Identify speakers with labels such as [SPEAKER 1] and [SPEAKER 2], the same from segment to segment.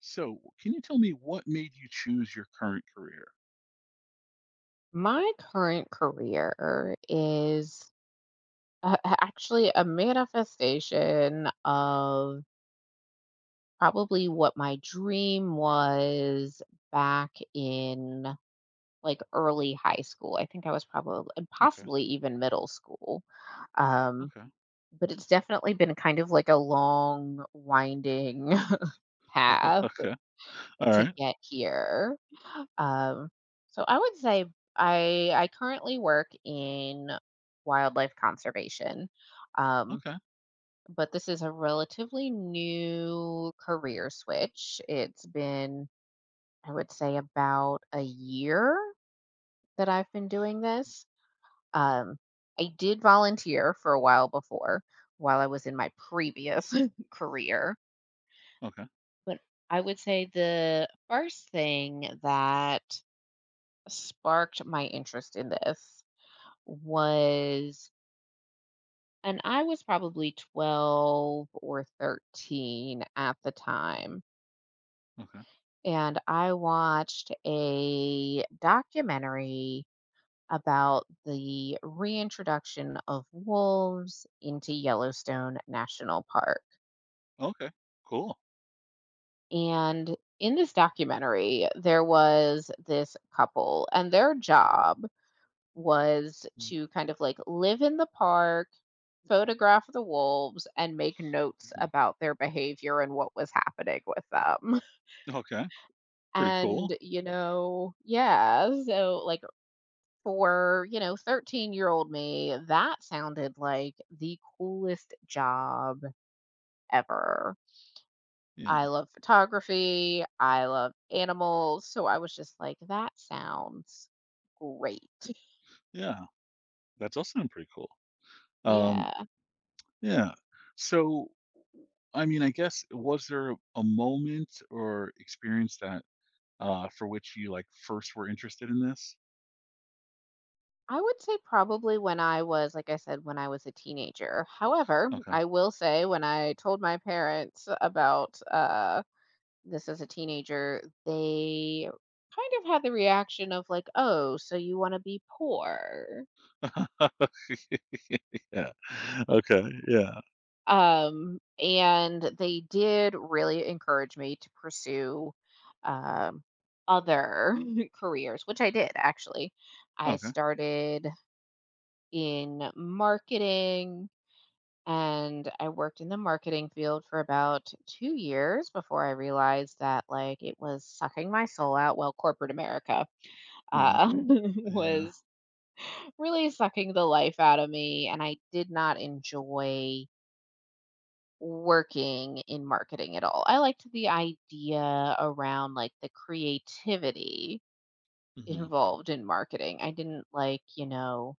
[SPEAKER 1] So, can you tell me what made you choose your current career?
[SPEAKER 2] My current career is actually a manifestation of probably what my dream was back in early high school. I think I was probably and
[SPEAKER 1] Okay.
[SPEAKER 2] possibly even middle school. Um,
[SPEAKER 1] Okay.
[SPEAKER 2] but it's definitely been kind of like a long, winding path
[SPEAKER 1] Okay. All
[SPEAKER 2] to
[SPEAKER 1] right.
[SPEAKER 2] get here. Um, so I would say I currently work in wildlife conservation, um,
[SPEAKER 1] Okay.
[SPEAKER 2] but this is a relatively new career switch. It's been I would say about a year that I've been doing this. Um, I did volunteer for a while before, while I was in my previous career,
[SPEAKER 1] Okay.
[SPEAKER 2] but I would say the first thing that sparked my interest in this was and I was probably 12 or 13 at the time.
[SPEAKER 1] Okay.
[SPEAKER 2] And I watched a documentary about the reintroduction of wolves into Yellowstone National Park.
[SPEAKER 1] Okay. Cool.
[SPEAKER 2] And in this documentary, there was this couple, and their job was
[SPEAKER 1] Mm.
[SPEAKER 2] to kind of like live in the park, photograph the wolves, and make notes
[SPEAKER 1] Mhm.
[SPEAKER 2] about their behavior and what was happening with them.
[SPEAKER 1] Okay. Pretty cool.
[SPEAKER 2] And, you know, yeah, so like for, you know, 13-year-old me, that sounded like the coolest job ever. I
[SPEAKER 1] Yeah.
[SPEAKER 2] love photography, I love animals. So I was just like, that sounds great.
[SPEAKER 1] Yeah. That's also pretty cool. Um,
[SPEAKER 2] Yeah.
[SPEAKER 1] yeah. So, I guess was there a moment or experience that for which you first were interested in this?
[SPEAKER 2] I would say probably when I was, like I said, when I was a teenager. However,
[SPEAKER 1] Okay.
[SPEAKER 2] I will say when I told my parents about this as a teenager, they kind of had the reaction of like, "Oh, so you want to be poor?"
[SPEAKER 1] Yeah. Okay. Yeah.
[SPEAKER 2] And they did really encourage me to pursue um, other careers, which I did actually. I
[SPEAKER 1] Okay.
[SPEAKER 2] started in marketing and I worked in the marketing field for about 2 years before I realized that like it was sucking my soul out. Well, corporate America
[SPEAKER 1] Yeah. Yeah.
[SPEAKER 2] was really sucking the life out of me and I did not enjoy working in marketing at all. I liked the idea around like the creativity
[SPEAKER 1] Hmm.
[SPEAKER 2] involved in marketing. I didn't like, you know,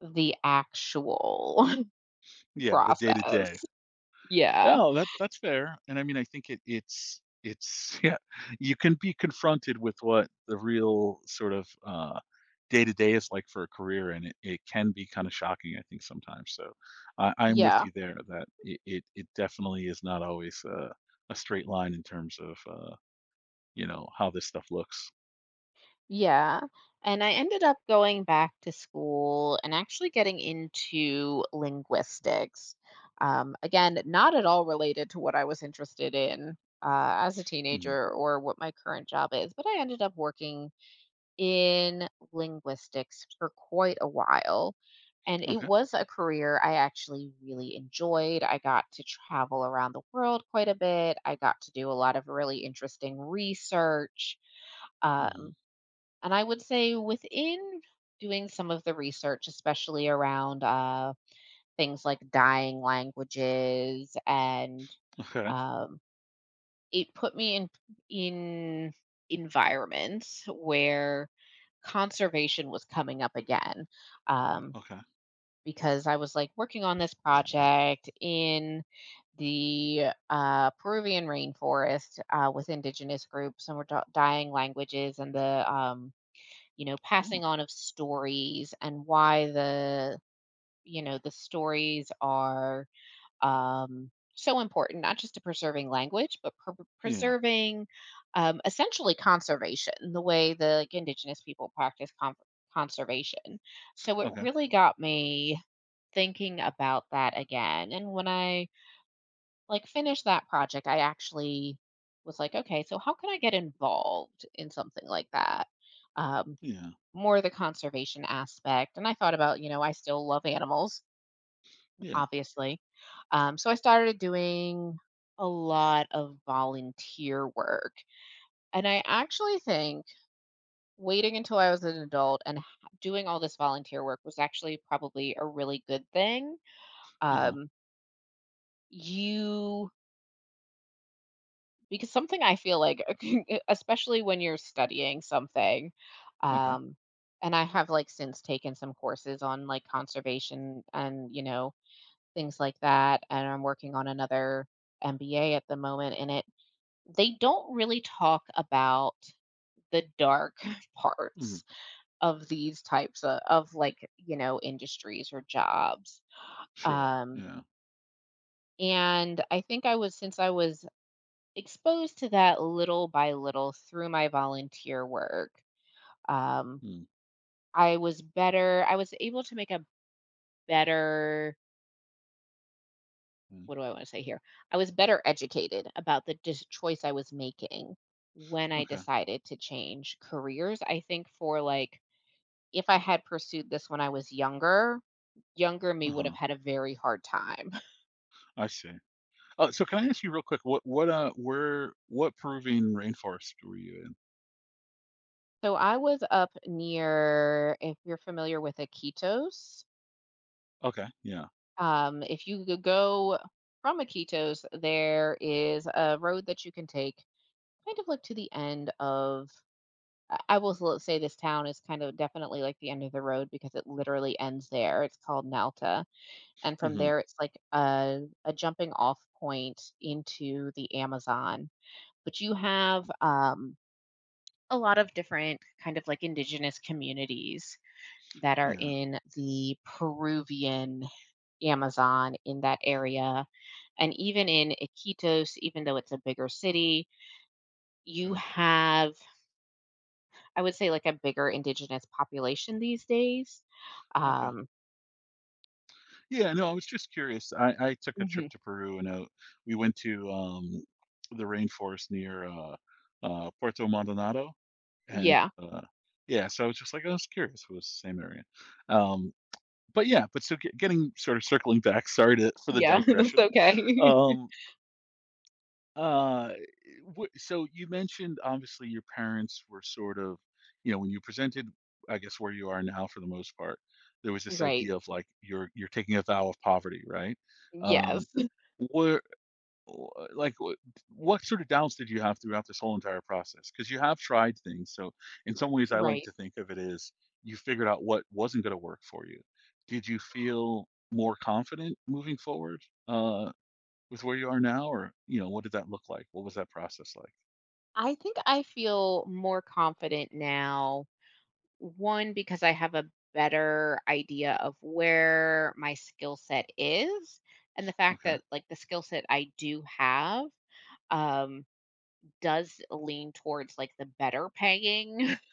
[SPEAKER 2] the actual
[SPEAKER 1] Yeah, the day to day.
[SPEAKER 2] process. Yeah.
[SPEAKER 1] Oh, that that's fair, and I mean, I think it's yeah, you can be confronted with what the real sort of, day to day is like for a career, and it can be kinda shocking, I think, sometimes, so, I'm with
[SPEAKER 2] Yeah
[SPEAKER 1] you there that it definitely is not always a straight line in terms of, you know, how this stuff looks.
[SPEAKER 2] Yeah. And I ended up going back to school and actually getting into linguistics. Again, not at all related to what I was interested in as a
[SPEAKER 1] Mhm.
[SPEAKER 2] teenager or what my current job is, but I ended up working in linguistics for quite a while. And it
[SPEAKER 1] Okay.
[SPEAKER 2] was a career I actually really enjoyed. I got to travel around the world quite a bit. I got to do a lot of really interesting research.
[SPEAKER 1] Mhm.
[SPEAKER 2] Um, and I would say within doing some of the research, especially around things like dying languages, and
[SPEAKER 1] Okay.
[SPEAKER 2] um, it put me in in environments where conservation was coming up again, um,
[SPEAKER 1] Okay.
[SPEAKER 2] because I was like working on this project in the Peruvian rainforest with indigenous groups, and we're dying languages, and the you know, passing
[SPEAKER 1] Cool.
[SPEAKER 2] on of stories and why the, you know, the stories are so important, not just to preserving language, but
[SPEAKER 1] Yeah.
[SPEAKER 2] preserving essentially conservation, the way the like, indigenous people practice conservation. So it
[SPEAKER 1] Okay.
[SPEAKER 2] really got me thinking about that again. And when I like finished that project, I actually was like, okay, so how can I get involved in something like that? Um,
[SPEAKER 1] Yeah.
[SPEAKER 2] more the conservation aspect, and I thought about, you know, I still love animals,
[SPEAKER 1] Yeah.
[SPEAKER 2] obviously. So I started doing a lot of volunteer work. And I actually think waiting until I was an adult and doing all this volunteer work was actually probably a really good thing.
[SPEAKER 1] Uh-huh.
[SPEAKER 2] Um, you, because something I feel like, especially when you're studying something,
[SPEAKER 1] Okay.
[SPEAKER 2] um, and I have like since taken some courses on like conservation and, you know, things like that, and I'm working on another MBA at the moment in it. They don't really talk about the dark
[SPEAKER 1] Mhm.
[SPEAKER 2] parts of these types of like, you know, industries or jobs.
[SPEAKER 1] Sure.
[SPEAKER 2] Um,
[SPEAKER 1] Yeah.
[SPEAKER 2] and I think since I was exposed to that little by little through my volunteer work, um,
[SPEAKER 1] Mm.
[SPEAKER 2] I was able to make a better
[SPEAKER 1] Mm,
[SPEAKER 2] what do I want to say here? I was better educated about the choice I was making when I
[SPEAKER 1] okay,
[SPEAKER 2] decided to change careers. I think for like, if I had pursued this when I was younger, younger me would have
[SPEAKER 1] uh-huh,
[SPEAKER 2] had a very hard time.
[SPEAKER 1] I see. Oh, so can I ask you real quick, what Peruvian rainforest were you in?
[SPEAKER 2] So I was up near, if you're familiar with Iquitos,
[SPEAKER 1] Okay, yeah,
[SPEAKER 2] if you go from Iquitos, there is a road that you can take kind of like to the end of I will s say this town is kind of definitely like the end of the road because it literally ends there. It's called Nalta, and from
[SPEAKER 1] mhm,
[SPEAKER 2] there, it's like a jumping off point into the Amazon. But you have a lot of different kind of like indigenous communities that are
[SPEAKER 1] yeah,
[SPEAKER 2] in the Peruvian Amazon in that area, and even in Iquitos, even though it's a bigger city, you
[SPEAKER 1] okay,
[SPEAKER 2] have I would say, like, a bigger indigenous population these days.
[SPEAKER 1] okay.
[SPEAKER 2] Um
[SPEAKER 1] Yeah, no, I was just curious. I took a trip
[SPEAKER 2] Mhm.
[SPEAKER 1] to Peru and, we went to, the rainforest near, Puerto Maldonado, and,
[SPEAKER 2] Yeah.
[SPEAKER 1] uh yeah, so I was just like, I was curious if it was the same area. Um, but yeah, but so getting sort of circling back, sorry to for the
[SPEAKER 2] Yeah, that's
[SPEAKER 1] digression,
[SPEAKER 2] okay.
[SPEAKER 1] um Uh, w so you mentioned, obviously, your parents were sort of you know, when you presented, I guess, where you are now for the most part, there was this
[SPEAKER 2] Right.
[SPEAKER 1] idea of, like, you're taking a vow of poverty, right?
[SPEAKER 2] Yes.
[SPEAKER 1] Um, where or like, what sort of doubts did you have throughout this whole entire process? Because you have tried things, so in some ways, I like
[SPEAKER 2] Right.
[SPEAKER 1] to think of it as you figured out what wasn't gonna work for you. Did you feel more confident moving forward, uh, with where you are now or, you know, what did that look like? What was that process like?
[SPEAKER 2] I think I feel more confident now, one, because I have a better idea of where my skill set is, and the fact
[SPEAKER 1] Okay.
[SPEAKER 2] that, like, the skill set I do have, um, does lean towards, like, the better paying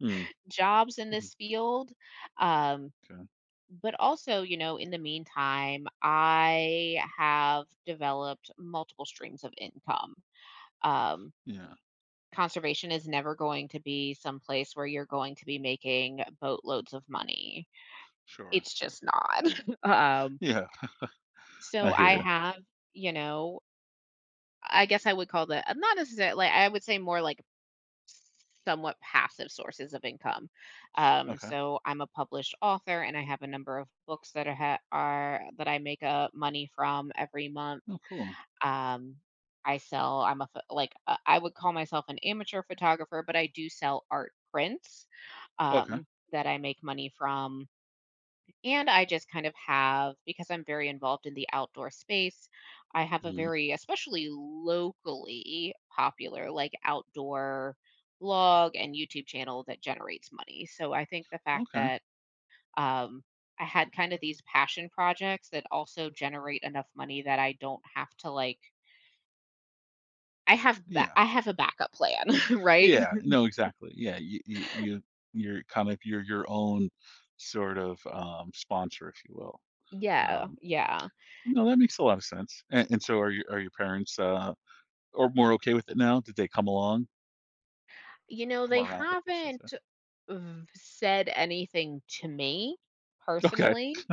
[SPEAKER 1] Mm.
[SPEAKER 2] jobs in
[SPEAKER 1] Mhm.
[SPEAKER 2] this field. Um
[SPEAKER 1] Okay.
[SPEAKER 2] but also, you know, in the meantime, I have developed multiple streams of income. Um,
[SPEAKER 1] Yeah.
[SPEAKER 2] Conservation is never going to be some place where you're going to be making boatloads of money.
[SPEAKER 1] Sure.
[SPEAKER 2] It's just not. um,
[SPEAKER 1] Yeah.
[SPEAKER 2] so
[SPEAKER 1] I hear
[SPEAKER 2] I
[SPEAKER 1] you.
[SPEAKER 2] have, you know, I guess I would call that not necessarily. I would say more like somewhat passive sources of income. Um,
[SPEAKER 1] Okay.
[SPEAKER 2] so I'm a published author, and I have a number of books that are that I make money from every month.
[SPEAKER 1] Oh, cool.
[SPEAKER 2] Um, I sell. I'm a I would call myself an amateur photographer, but I do sell art prints
[SPEAKER 1] Okay.
[SPEAKER 2] um, that I make money from. And I just kind of have, because I'm very involved in the outdoor space, I have a
[SPEAKER 1] Mhm.
[SPEAKER 2] very, especially locally popular, like outdoor blog and YouTube channel that generates money. So I think the fact
[SPEAKER 1] Okay.
[SPEAKER 2] that um, I had kind of these passion projects that also generate enough money that I don't have to like,
[SPEAKER 1] Yeah.
[SPEAKER 2] I have a backup plan, right?
[SPEAKER 1] Yeah. No, exactly. Yeah. You're kind of you're your own sort of sponsor, if you will.
[SPEAKER 2] Yeah,
[SPEAKER 1] Um, no, that makes a lot of sense. And so, are your parents or more okay with it now? Did they come along,
[SPEAKER 2] You know,
[SPEAKER 1] come
[SPEAKER 2] they
[SPEAKER 1] around? It, I should say.
[SPEAKER 2] haven't uh, said anything to me
[SPEAKER 1] Okay.
[SPEAKER 2] personally.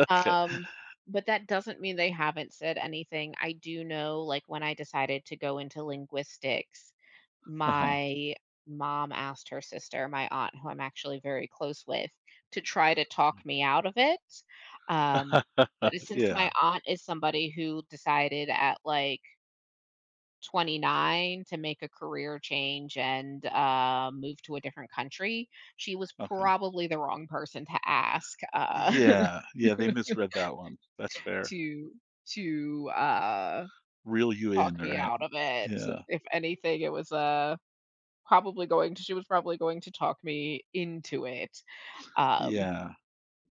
[SPEAKER 1] Okay.
[SPEAKER 2] Um, but that doesn't mean they haven't said anything. I do know, like, when I decided to go into linguistics,
[SPEAKER 1] Uh huh.
[SPEAKER 2] my mom asked her sister, my aunt, who I'm actually very close with, to try to talk me out of it. Um, but it's since
[SPEAKER 1] Yeah.
[SPEAKER 2] my aunt is somebody who decided at like 29 to make a career change and move to a different country, she was
[SPEAKER 1] Okay.
[SPEAKER 2] probably the wrong person to ask.
[SPEAKER 1] Yeah, yeah, they misread that one. That's fair.
[SPEAKER 2] To to
[SPEAKER 1] Reel you in,
[SPEAKER 2] talk me
[SPEAKER 1] right?
[SPEAKER 2] out of it.
[SPEAKER 1] Yeah,
[SPEAKER 2] If anything, it was, probably going to she was probably going to talk me into it, um,
[SPEAKER 1] yeah.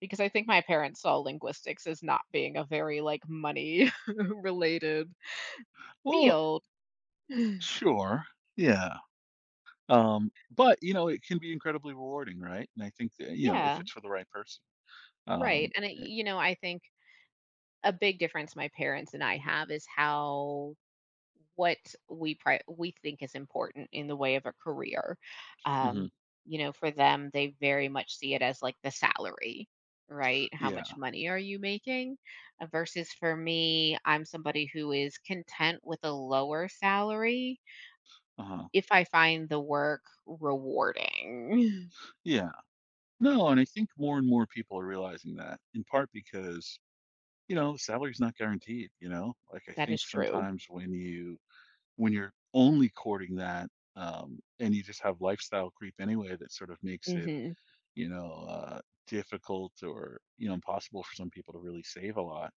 [SPEAKER 2] because I think my parents saw linguistics as not being a very, like, money related
[SPEAKER 1] Well,
[SPEAKER 2] field.
[SPEAKER 1] sure, yeah. But, you know, it can be incredibly rewarding, right? And I think that, you know, if
[SPEAKER 2] Yeah,
[SPEAKER 1] it's for the right person.
[SPEAKER 2] right,
[SPEAKER 1] Um,
[SPEAKER 2] and I you know, I think a big difference my parents and I have is how what we think is important in the way of a career.
[SPEAKER 1] mhm,
[SPEAKER 2] Um, you know, for them, they very much see it as like the salary, right? How
[SPEAKER 1] yeah,
[SPEAKER 2] much money are you making? Versus for me, I'm somebody who is content with a lower salary
[SPEAKER 1] uh-huh,
[SPEAKER 2] if I find the work rewarding.
[SPEAKER 1] yeah. No, and I think more and more people are realizing that, in part because, you know, salary's not guaranteed, you know? Like, I
[SPEAKER 2] That
[SPEAKER 1] think
[SPEAKER 2] is true.
[SPEAKER 1] sometimes when you when you're only courting that, and you just have lifestyle creep anyway that sort of makes it
[SPEAKER 2] Hmm.
[SPEAKER 1] you know, difficult or, you know, impossible for some people to really save a lot.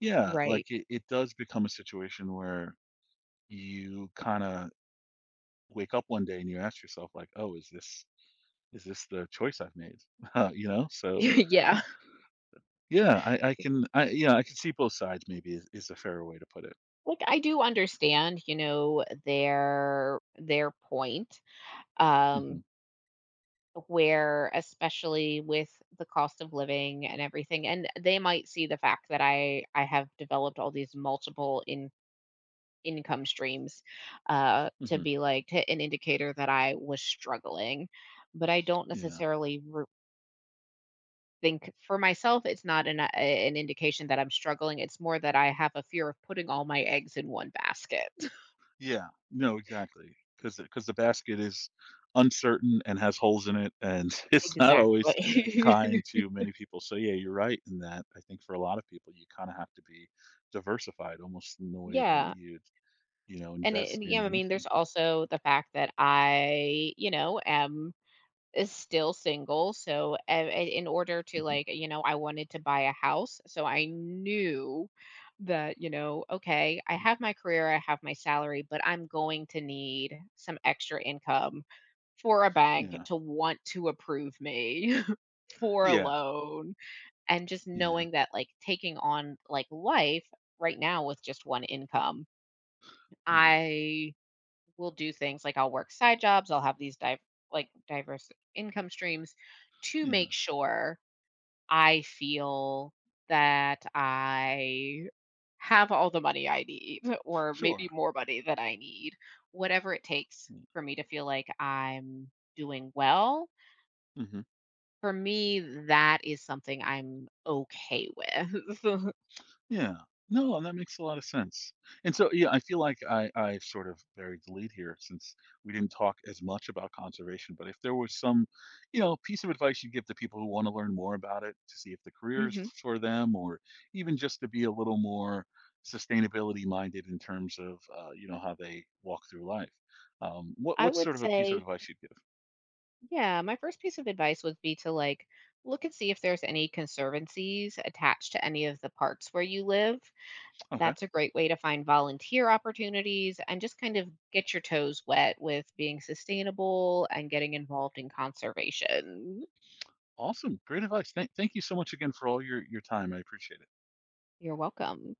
[SPEAKER 1] Yeah,
[SPEAKER 2] Right.
[SPEAKER 1] like it does become a situation where you kind of wake up one day and you ask yourself, like, oh, is this the choice I've made? You know, so
[SPEAKER 2] Yeah.
[SPEAKER 1] yeah, I can, I yeah, I can see both sides. Maybe is a fairer way to put it.
[SPEAKER 2] Like I do understand, you know, their point.
[SPEAKER 1] Hmm.
[SPEAKER 2] Um, where especially with the cost of living and everything and they might see the fact that I have developed all these multiple in income streams to
[SPEAKER 1] Hmm.
[SPEAKER 2] be like to an indicator that I was struggling but I don't
[SPEAKER 1] Yeah.
[SPEAKER 2] necessarily think for myself it's not an indication that I'm struggling. It's more that I have a fear of putting all my eggs in one basket.
[SPEAKER 1] Yeah. No, exactly. Because the basket is uncertain and has holes in it, and it's not always
[SPEAKER 2] Exactly.
[SPEAKER 1] kind to many people. So, yeah, you're right in that. I think for a lot of people, you kinda have to be diversified almost in the way that
[SPEAKER 2] Yeah.
[SPEAKER 1] you know,
[SPEAKER 2] And,
[SPEAKER 1] invest
[SPEAKER 2] yeah,
[SPEAKER 1] in
[SPEAKER 2] I mean, there's
[SPEAKER 1] anything.
[SPEAKER 2] also the fact that I, you know, am is still single, so, in order to,
[SPEAKER 1] Mhm,
[SPEAKER 2] like, you know, I wanted to buy a house, so I knew that, you know, okay, I
[SPEAKER 1] mhm.
[SPEAKER 2] have my career, I have my salary, but I'm going to need some extra income for a bank
[SPEAKER 1] Yeah.
[SPEAKER 2] to want to approve me for a
[SPEAKER 1] Yeah,
[SPEAKER 2] loan, and just
[SPEAKER 1] yeah,
[SPEAKER 2] knowing that, like, taking on, like, life right now with just one income,
[SPEAKER 1] yeah,
[SPEAKER 2] I will do things like I'll work side jobs, I'll have these diverse income streams to
[SPEAKER 1] yeah.
[SPEAKER 2] make sure I feel that I have all the money I need or
[SPEAKER 1] Sure.
[SPEAKER 2] maybe more money than I need, whatever it takes
[SPEAKER 1] Yeah,
[SPEAKER 2] for me to feel like I'm doing well.
[SPEAKER 1] mhm.
[SPEAKER 2] For me, that is something I'm okay with.
[SPEAKER 1] Yeah. No, and that makes a lot of sense. And so, yeah, I feel like I sort of buried the lead here since we didn't talk as much about conservation. But if there was some, you know, piece of advice you give to people who want to learn more about it to see if the career is
[SPEAKER 2] Mhm.
[SPEAKER 1] for them, or even just to be a little more sustainability minded in terms of, you know, how they walk through life, what
[SPEAKER 2] I
[SPEAKER 1] what's
[SPEAKER 2] would
[SPEAKER 1] sort of a piece of
[SPEAKER 2] say
[SPEAKER 1] advice you'd give?
[SPEAKER 2] Yeah, my first piece of advice would be to like look and see if there's any conservancies attached to any of the parks where you live.
[SPEAKER 1] Okay,
[SPEAKER 2] That's a great way to find volunteer opportunities and just kind of get your toes wet with being sustainable and getting involved in conservation.
[SPEAKER 1] awesome, great advice. Thank you so much again for all your time. I appreciate it.
[SPEAKER 2] You're welcome.